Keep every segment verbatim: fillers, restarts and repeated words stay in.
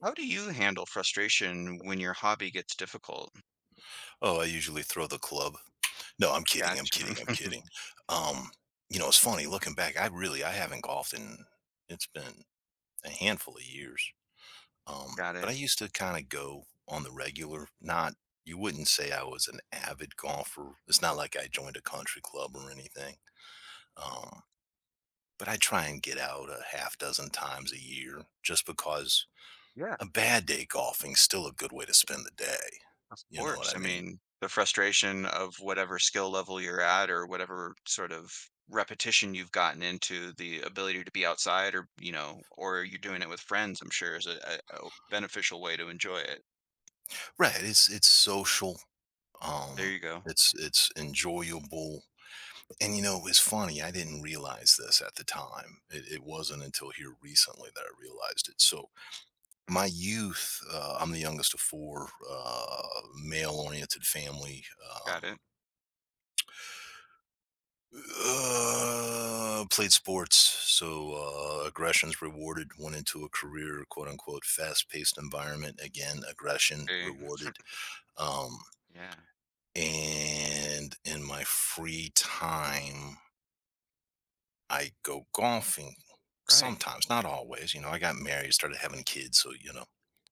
How do you handle frustration when your hobby gets difficult? Oh, I usually throw the club. No, I'm kidding, I'm Gotcha. kidding, I'm kidding. Um, you know, it's funny looking back, I really I haven't golfed in it's been a handful of years. Um, Got But I it. used to kinda go on the regular, not you wouldn't say I was an avid golfer. It's not like I joined a country club or anything. Um, but I try and get out a half dozen times a year just because Yeah, a bad day golfing's still a good way to spend the day. of You know what I course. I mean? mean, the frustration of whatever skill level you're at or whatever sort of repetition you've gotten into, the ability to be outside or, you know, or you're doing it with friends, I'm sure is a, a, a beneficial way to enjoy it. Right, it's it's social. There Um, you go. it's it's enjoyable, and, you know, it's funny, I didn't realize this at the time. It it wasn't until here recently that I realized it. So, Mm. my youth, uh, I'm the youngest of four, uh, male-oriented family, um, Got it. uh, played sports, so, uh, aggression's rewarded, went into a career, quote, unquote, "fast-paced environment." Again, aggression Okay. rewarded. Um, Yeah. and in my free time I go golfing Right. sometimes, not always. You know, I got married, started having kids, so you know,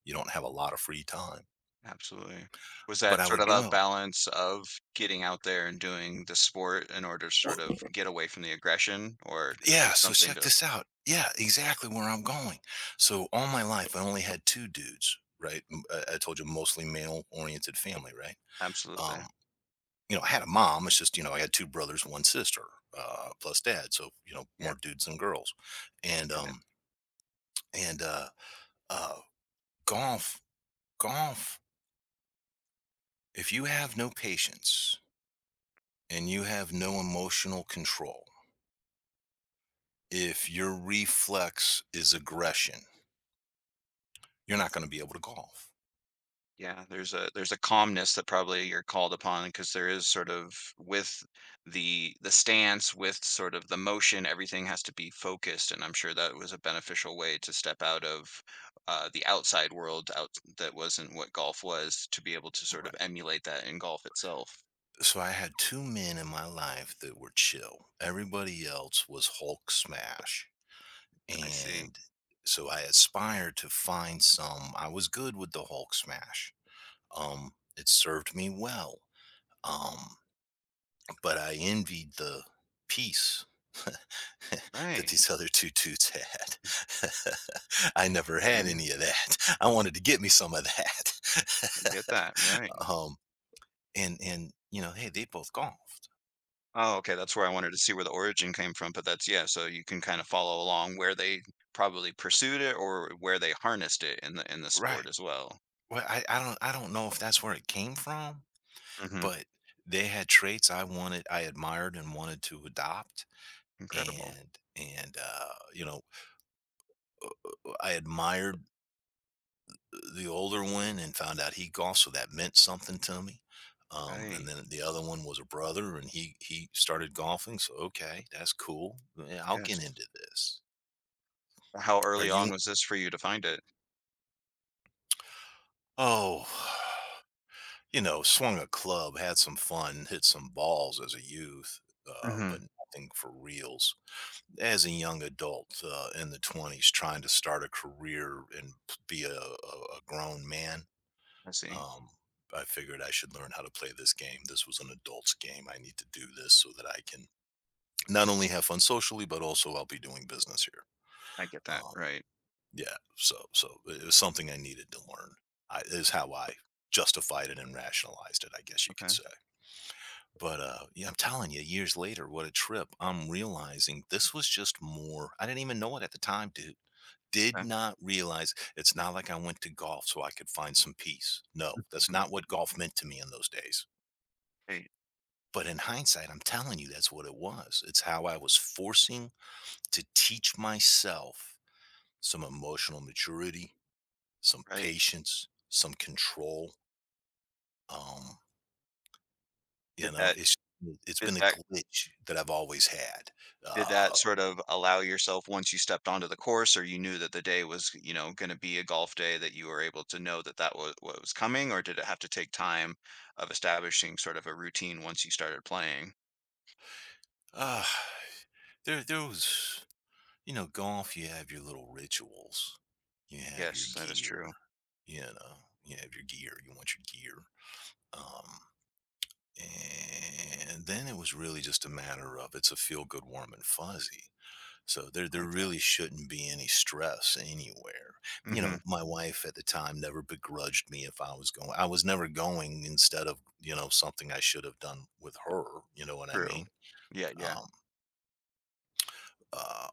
you don't have a lot of free time. Absolutely. Was But that I sort would of a go. balance of getting out there and doing the sport in order to Well, sort of get away from the aggression or at yeah. least So something check to. this out. Yeah, exactly where I'm going. So all my life, I only had two dudes. Right. M- I I told you, mostly male-oriented family. Right. Absolutely. Um, you know, I had a mom. It's just you know, I had two brothers, one sister, uh, plus dad. So you know, Yeah, more dudes than girls. And get it. um, and uh, uh, golf, golf If you have no patience and you have no emotional control, if your reflex is aggression, you're not going to be able to golf. Yeah, there's a there's a calmness that probably you're called upon because there is sort of with the the stance, with sort of the motion, everything has to be focused, and I'm sure that was a beneficial way to step out of, uh, the outside world out that wasn't what golf was to be able to sort of Right. emulate that in golf itself. So I had two men in my life that were chill. Everybody else was Hulk smash. I see. And so I aspired to find some. I was good with the Hulk smash. Um, it served me well. Um, but I envied the peace that Right. these other two dudes had. I never had Yeah, any of that. I wanted to get me some of I get that. that, right. um, and and you know, hey, they both golfed, Oh, okay, that's where I wanted to see where the origin came from, but that's yeah, so you can kind of follow along where they probably pursued it or where they harnessed it in the in the right? sport as well. Well, I, I don't I don't know if that's where it came from, Mhm. but they had traits I wanted, I admired, and wanted to adopt, Incredible. and and uh, you know, I admired the older one and found out he golfed, so that meant something to me. Um, and Right. then the other one was a brother, and he he started golfing. So okay, that's cool. Yeah, I'll get Yes. into this. How Are early you? on was this for you to find it? Oh, you know, swung a club, had some fun, hit some balls as a youth, uh, but Mhm. nothing for reals. As a young adult uh, in the twenties, trying to start a career and p- be a, a, a grown man, I see. Um, I figured I should learn how to play this game. This was an adult's game. I need to do this so that I can not only have fun socially, but also I'll be doing business here. I get that. Um, Right. yeah, so so it was something I needed to learn. I, is how I justified it and rationalized it, I guess you could Okay. say. But uh, yeah, I'm telling you, years later, what a trip! I'm realizing this was just more. I didn't even know it at the time, dude. Did Okay. not realize it's not like I went to golf so I could find some peace. No, that's Mhm. not what golf meant to me in those days. Hey, But in hindsight, I'm telling you, that's what it was. It's how I was forcing to teach myself some emotional maturity, some right. patience, some control. Um, you Did know, that it's it's did been a that glitch that I've always had. Did that Uh, sort of allow yourself once you stepped onto the course or you knew that the day was, you know, gonna be a golf day that you were able to know that that was what was coming, or did it have to take time of establishing sort of a routine once you started playing? uh there there was you know, golf, you have your little rituals, you have your Yes, that is gear, true. you know, you have your gear, you want your gear. Um And then it was really just a matter of it's a feel good, warm and fuzzy. So there, I there like really that. shouldn't be any stress anywhere. You know, Mhm. my wife at the time never begrudged me if I was going. I was never going instead of you know something I should have done with her. You know what I True. mean? Yeah, yeah. Um, uh,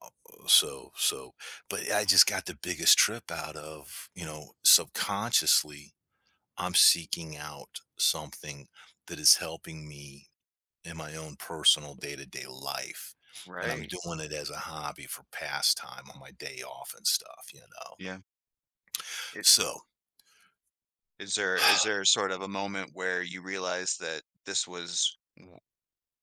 so so, but I just got the biggest trip out of you know subconsciously I'm seeking out something that is helping me in my own personal day-to-day life, and I'm Right. doing it as a hobby for pastime on my day off and stuff, you know? Yeah. It So, is there is there sort of a moment where you realized that this was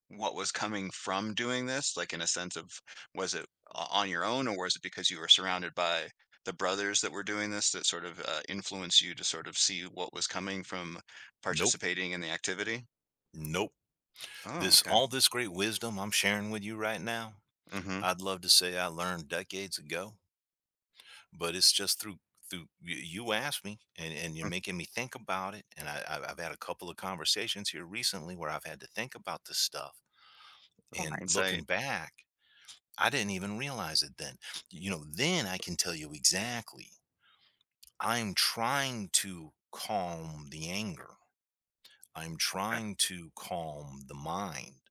what was coming from doing this? Like in a sense of was it o- on your own or was it because you were surrounded by the brothers that were doing this that sort of uh, influenced you to sort of see what was coming from nope, participating in the activity? nope. Oh, This okay. all this great wisdom I'm sharing with you right now, Mm-hmm. I'd love to say I learned decades ago, but it's just through through you you asked me and, and you're making me think about it. And I, I've I've had a couple of conversations here recently where I've had to think about this stuff. And looking Hindsight. back, I didn't even realize it then. You know, then I can tell you exactly I'm trying to calm the anger. I'm Okay. trying to calm the mind.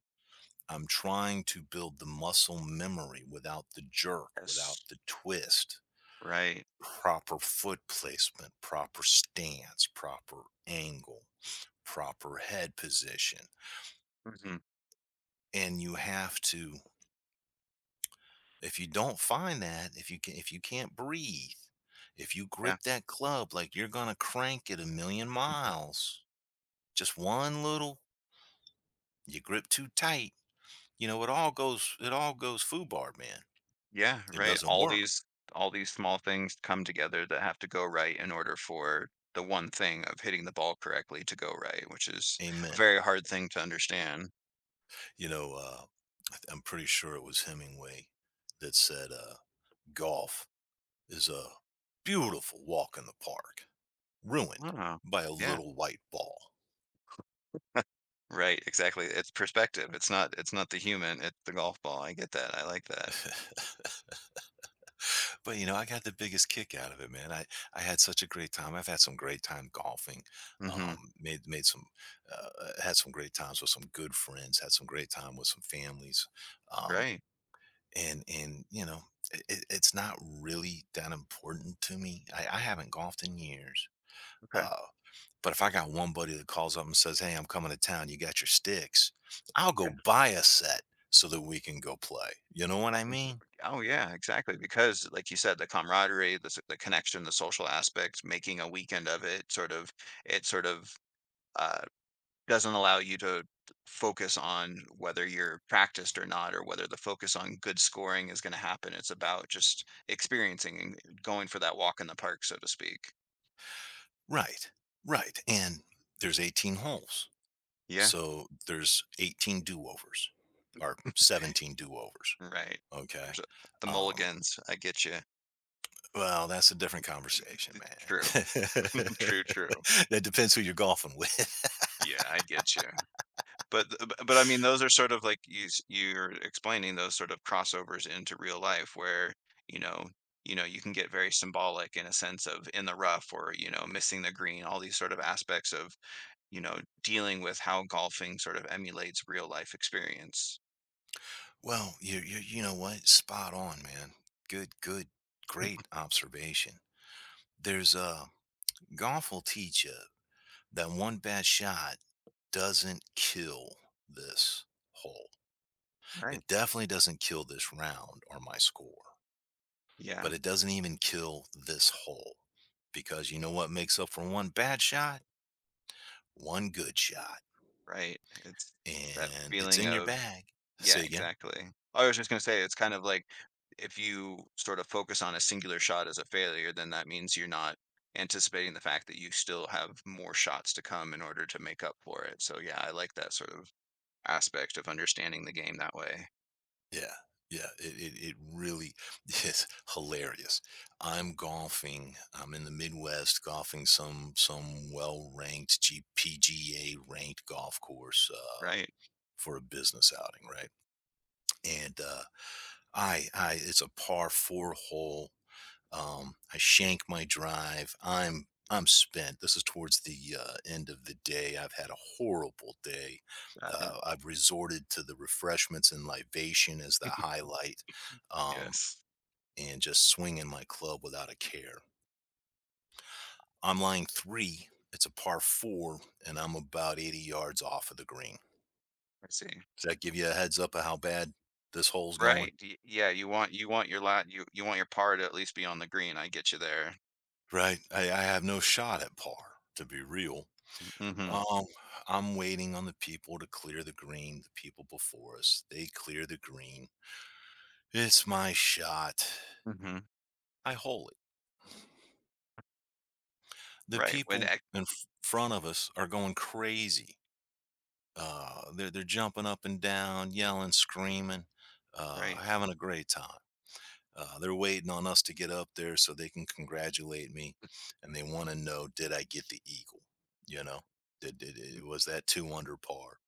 I'm trying to build the muscle memory without the jerk, without Yes. the twist, Right. proper foot placement, proper stance, proper angle, proper head position. Hmm. And you have to if you don't find that, if you can if you can't breathe, if you Yeah. grip that club like you're going to crank it a million Mhm. miles, just one little You grip too tight, you know, it all goes it all goes foobar, man. Yeah. It Right. doesn't All work. these all these small things come together that have to go right in order for the one thing of hitting the ball correctly to go right, which is a Amen. very hard thing to understand. You know, uh, I th- I'm pretty sure it was Hemingway that said uh, golf is a beautiful walk in the park, ruined Wow. by a Yeah. little white ball. Right, exactly. It's perspective. It's not it's not the human, it's the golf ball. I get that. I like that. But you know, I got the biggest kick out of it, man. I I had such a great time. I've had some great time golfing. Mhm. Um, made made some uh, had some great times with some good friends. Had some great time with some families. Um, Right. and and you know it, it- it's not really that important to me I, I haven't golfed in years Okay. uh but if I got one buddy that calls up and says hey I'm coming to town you got your sticks I'll go Yeah. buy a set so that we can go play you know what I Mhm. mean Oh, yeah, exactly, because, like you said, the camaraderie, the s the connection, the social aspect, making a weekend of it sort of it sort of, uh, doesn't allow you to focus on whether you're practiced or not or whether the focus on good scoring is gonna happen. It's about just experiencing and going for that walk in the park, so to speak. right right and there's eighteen holes Yeah. so there's eighteen do-overs or seventeen do-overs Right. okay There's a the um mulligans, I get you. Well, that's a different conversation, True, man. true, true. That depends who you're golfing with. Yeah, I get you. But th b but I mean, those are sort of like you s you're explaining those sort of crossovers into real life where, you know you know, you can get very symbolic in a sense of in the rough or, you know, missing the green, all these sort of aspects of, you know, dealing with how golfing sort of emulates real life experience. Well, you you you know what? Spot on, man. Good, good, great observation. There's a golf will teach you that one bad shot doesn't kill this hole. Right. It definitely doesn't kill this round or my score, but Yeah, it doesn't even kill this hole because you know what makes up for one bad shot? One good shot. right. It's that And it's feeling in your of. bag. Yeah, Say again. exactly. I was just gonna say it's kind of like if you sort of focus on a singular shot as a failure, then that means you're not anticipating the fact that you still have more shots to come in order to make up for it. So yeah, I like that sort of aspect of understanding the game that way. Yeah. Yeah. It, it, it really is hilarious. I'm golfing. I'm in the Midwest golfing some some well ranked G P G A ranked golf course. Uh, Right. For a business outing, right? And uh, I, I, it's a par four hole. Um, I shank my drive. I'm, I'm spent. This is towards the uh, end of the day. I've had a horrible day. Got it. Uh, I've resorted to the refreshments and libation as the highlight, um, Yes. and just swinging my club without a care. I'm lying three. It's a par four, and I'm about eighty yards off of the green. I see. Does that give you a heads up of how bad this hole's going? Right. y- Yeah, you want you want your lot you you want your par to at least be on the green. I get you there. Right, I I have no shot at par, to be real. Mm-hmm. Um, I'm waiting on the people to clear the green, the people before us, they clear the green. It's my shot. Mm-hmm. I hole it. The Right. When people ex- in f front of us are going crazy. Uh, they're they're jumping up and down, yelling, screaming, uh, Right. having a great time. Uh, they're waiting on us to get up there so they can congratulate me, and they want to know did I get the eagle? You know, did, did it was that two under par?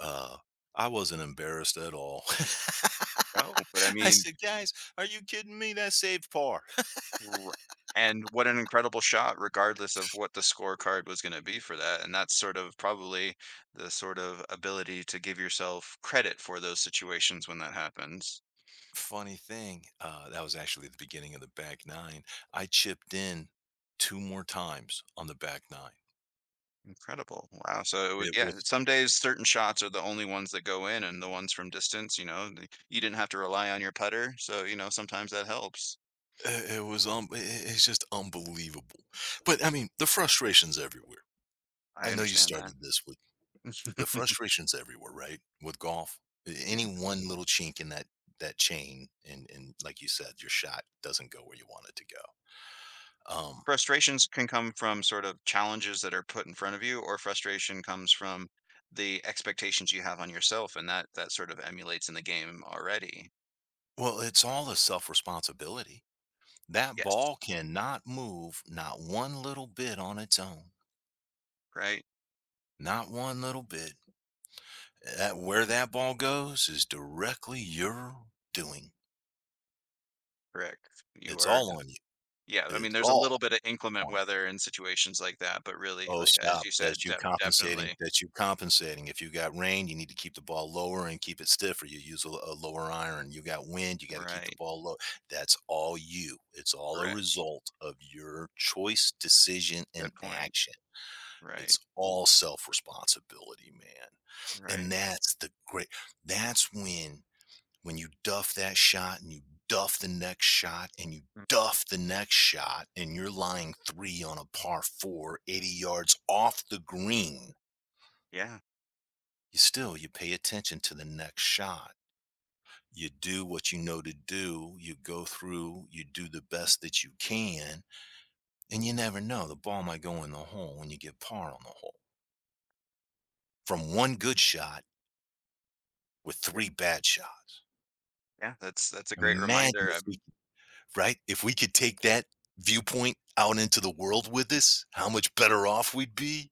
Uh, I wasn't embarrassed at all. No, but I I mean said, guys, are you kidding me? That saved par. R and what an incredible shot regardless of what the scorecard was gonna be for that, and that's sort of probably the sort of ability to give yourself credit for those situations when that happens. Funny thing, uh, that was actually the beginning of the back nine. I chipped in two more times on the back nine. Incredible, wow, so it would It yeah, was some days certain shots are the only ones that go in and the ones from distance, you know, the you didn't have to rely on your putter, so, you know, sometimes that helps. it it was um i- it's just unbelievable. But I mean, the frustration's everywhere. I I know you understand that. started this with the frustration's everywhere, right? With golf, any Yeah. one little chink in that that chain, and and like you said, your shot doesn't go where you want it to go. Um, Frustrations can come from sort of challenges that are put in front of you, or frustration comes from the expectations you have on yourself, and that that sort of emulates in the game already. well, it's all a self responsibility. That ball Yes. cannot move not one little bit on its own, Right? not one little bit. That Where that ball goes is directly your doing. Correct. You It's are all on you. yeah, I mean, It's there's a little all bit of inclement on you. weather in situations like that, but really, Oh, like, as stop. you said, That's you def compensating. definitely. That's you compensating. If you got rain, you need to keep the ball lower and keep it stiffer. You use a, a lower iron. You got wind, you got to keep the Right. ball low. That's all you. It's all a Correct. result of your choice, decision, and Good point. action. Right. It's all self responsibility, man. And Right. that's the great, that's when when you duff that shot and you duff the next shot and you Mm. duff the next shot and you're lying three on a par four, eighty yards off the green, Yeah. you still, you pay attention to the next shot. You do what you know to do. You go through, you do the best that you can. And you never know. The ball might go in the hole when you get par on the hole from one good shot with Yep. three bad shots. Yeah. That's that's a great Imagine reminder. if Um. we Right? If we could take that viewpoint out into the world with us, how much better off we'd be.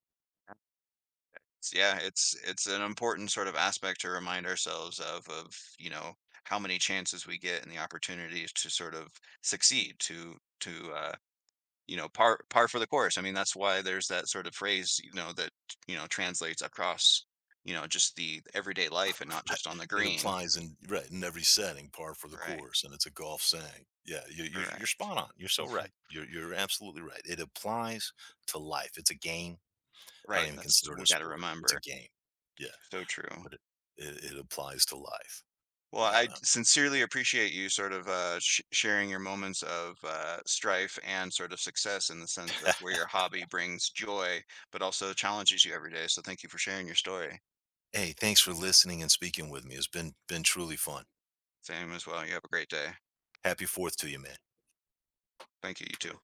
It's yeah, it's it's an important sort of aspect to remind ourselves of of, you know, how many chances we get and the opportunities to sort of succeed, to to uh, you know, par par for the course. I mean, that's why there's that sort of phrase, you know, that, you know, translates across, you know, just the everyday life and not just on the It green. applies in right in every setting, par for the Right. course, and it's a golf saying. Yeah, you, you're you're Correct. spot on. You're so right. You're you're absolutely right. It applies to life. It's a game. I don't Right. even That's consider it we a got to sport. It's a remember. game. Yeah, So true. but it it, it applies to life. Well, You I know. sincerely appreciate you sort of uh, sh- sharing your moments of uh, strife and sort of success in the sense of where your hobby brings joy, but also challenges you every day. So thank you for sharing your story. Hey, thanks for listening and speaking with me. It's been been truly fun. Same as well. You have a great day. Happy Fourth to you, man. Thank you, you too.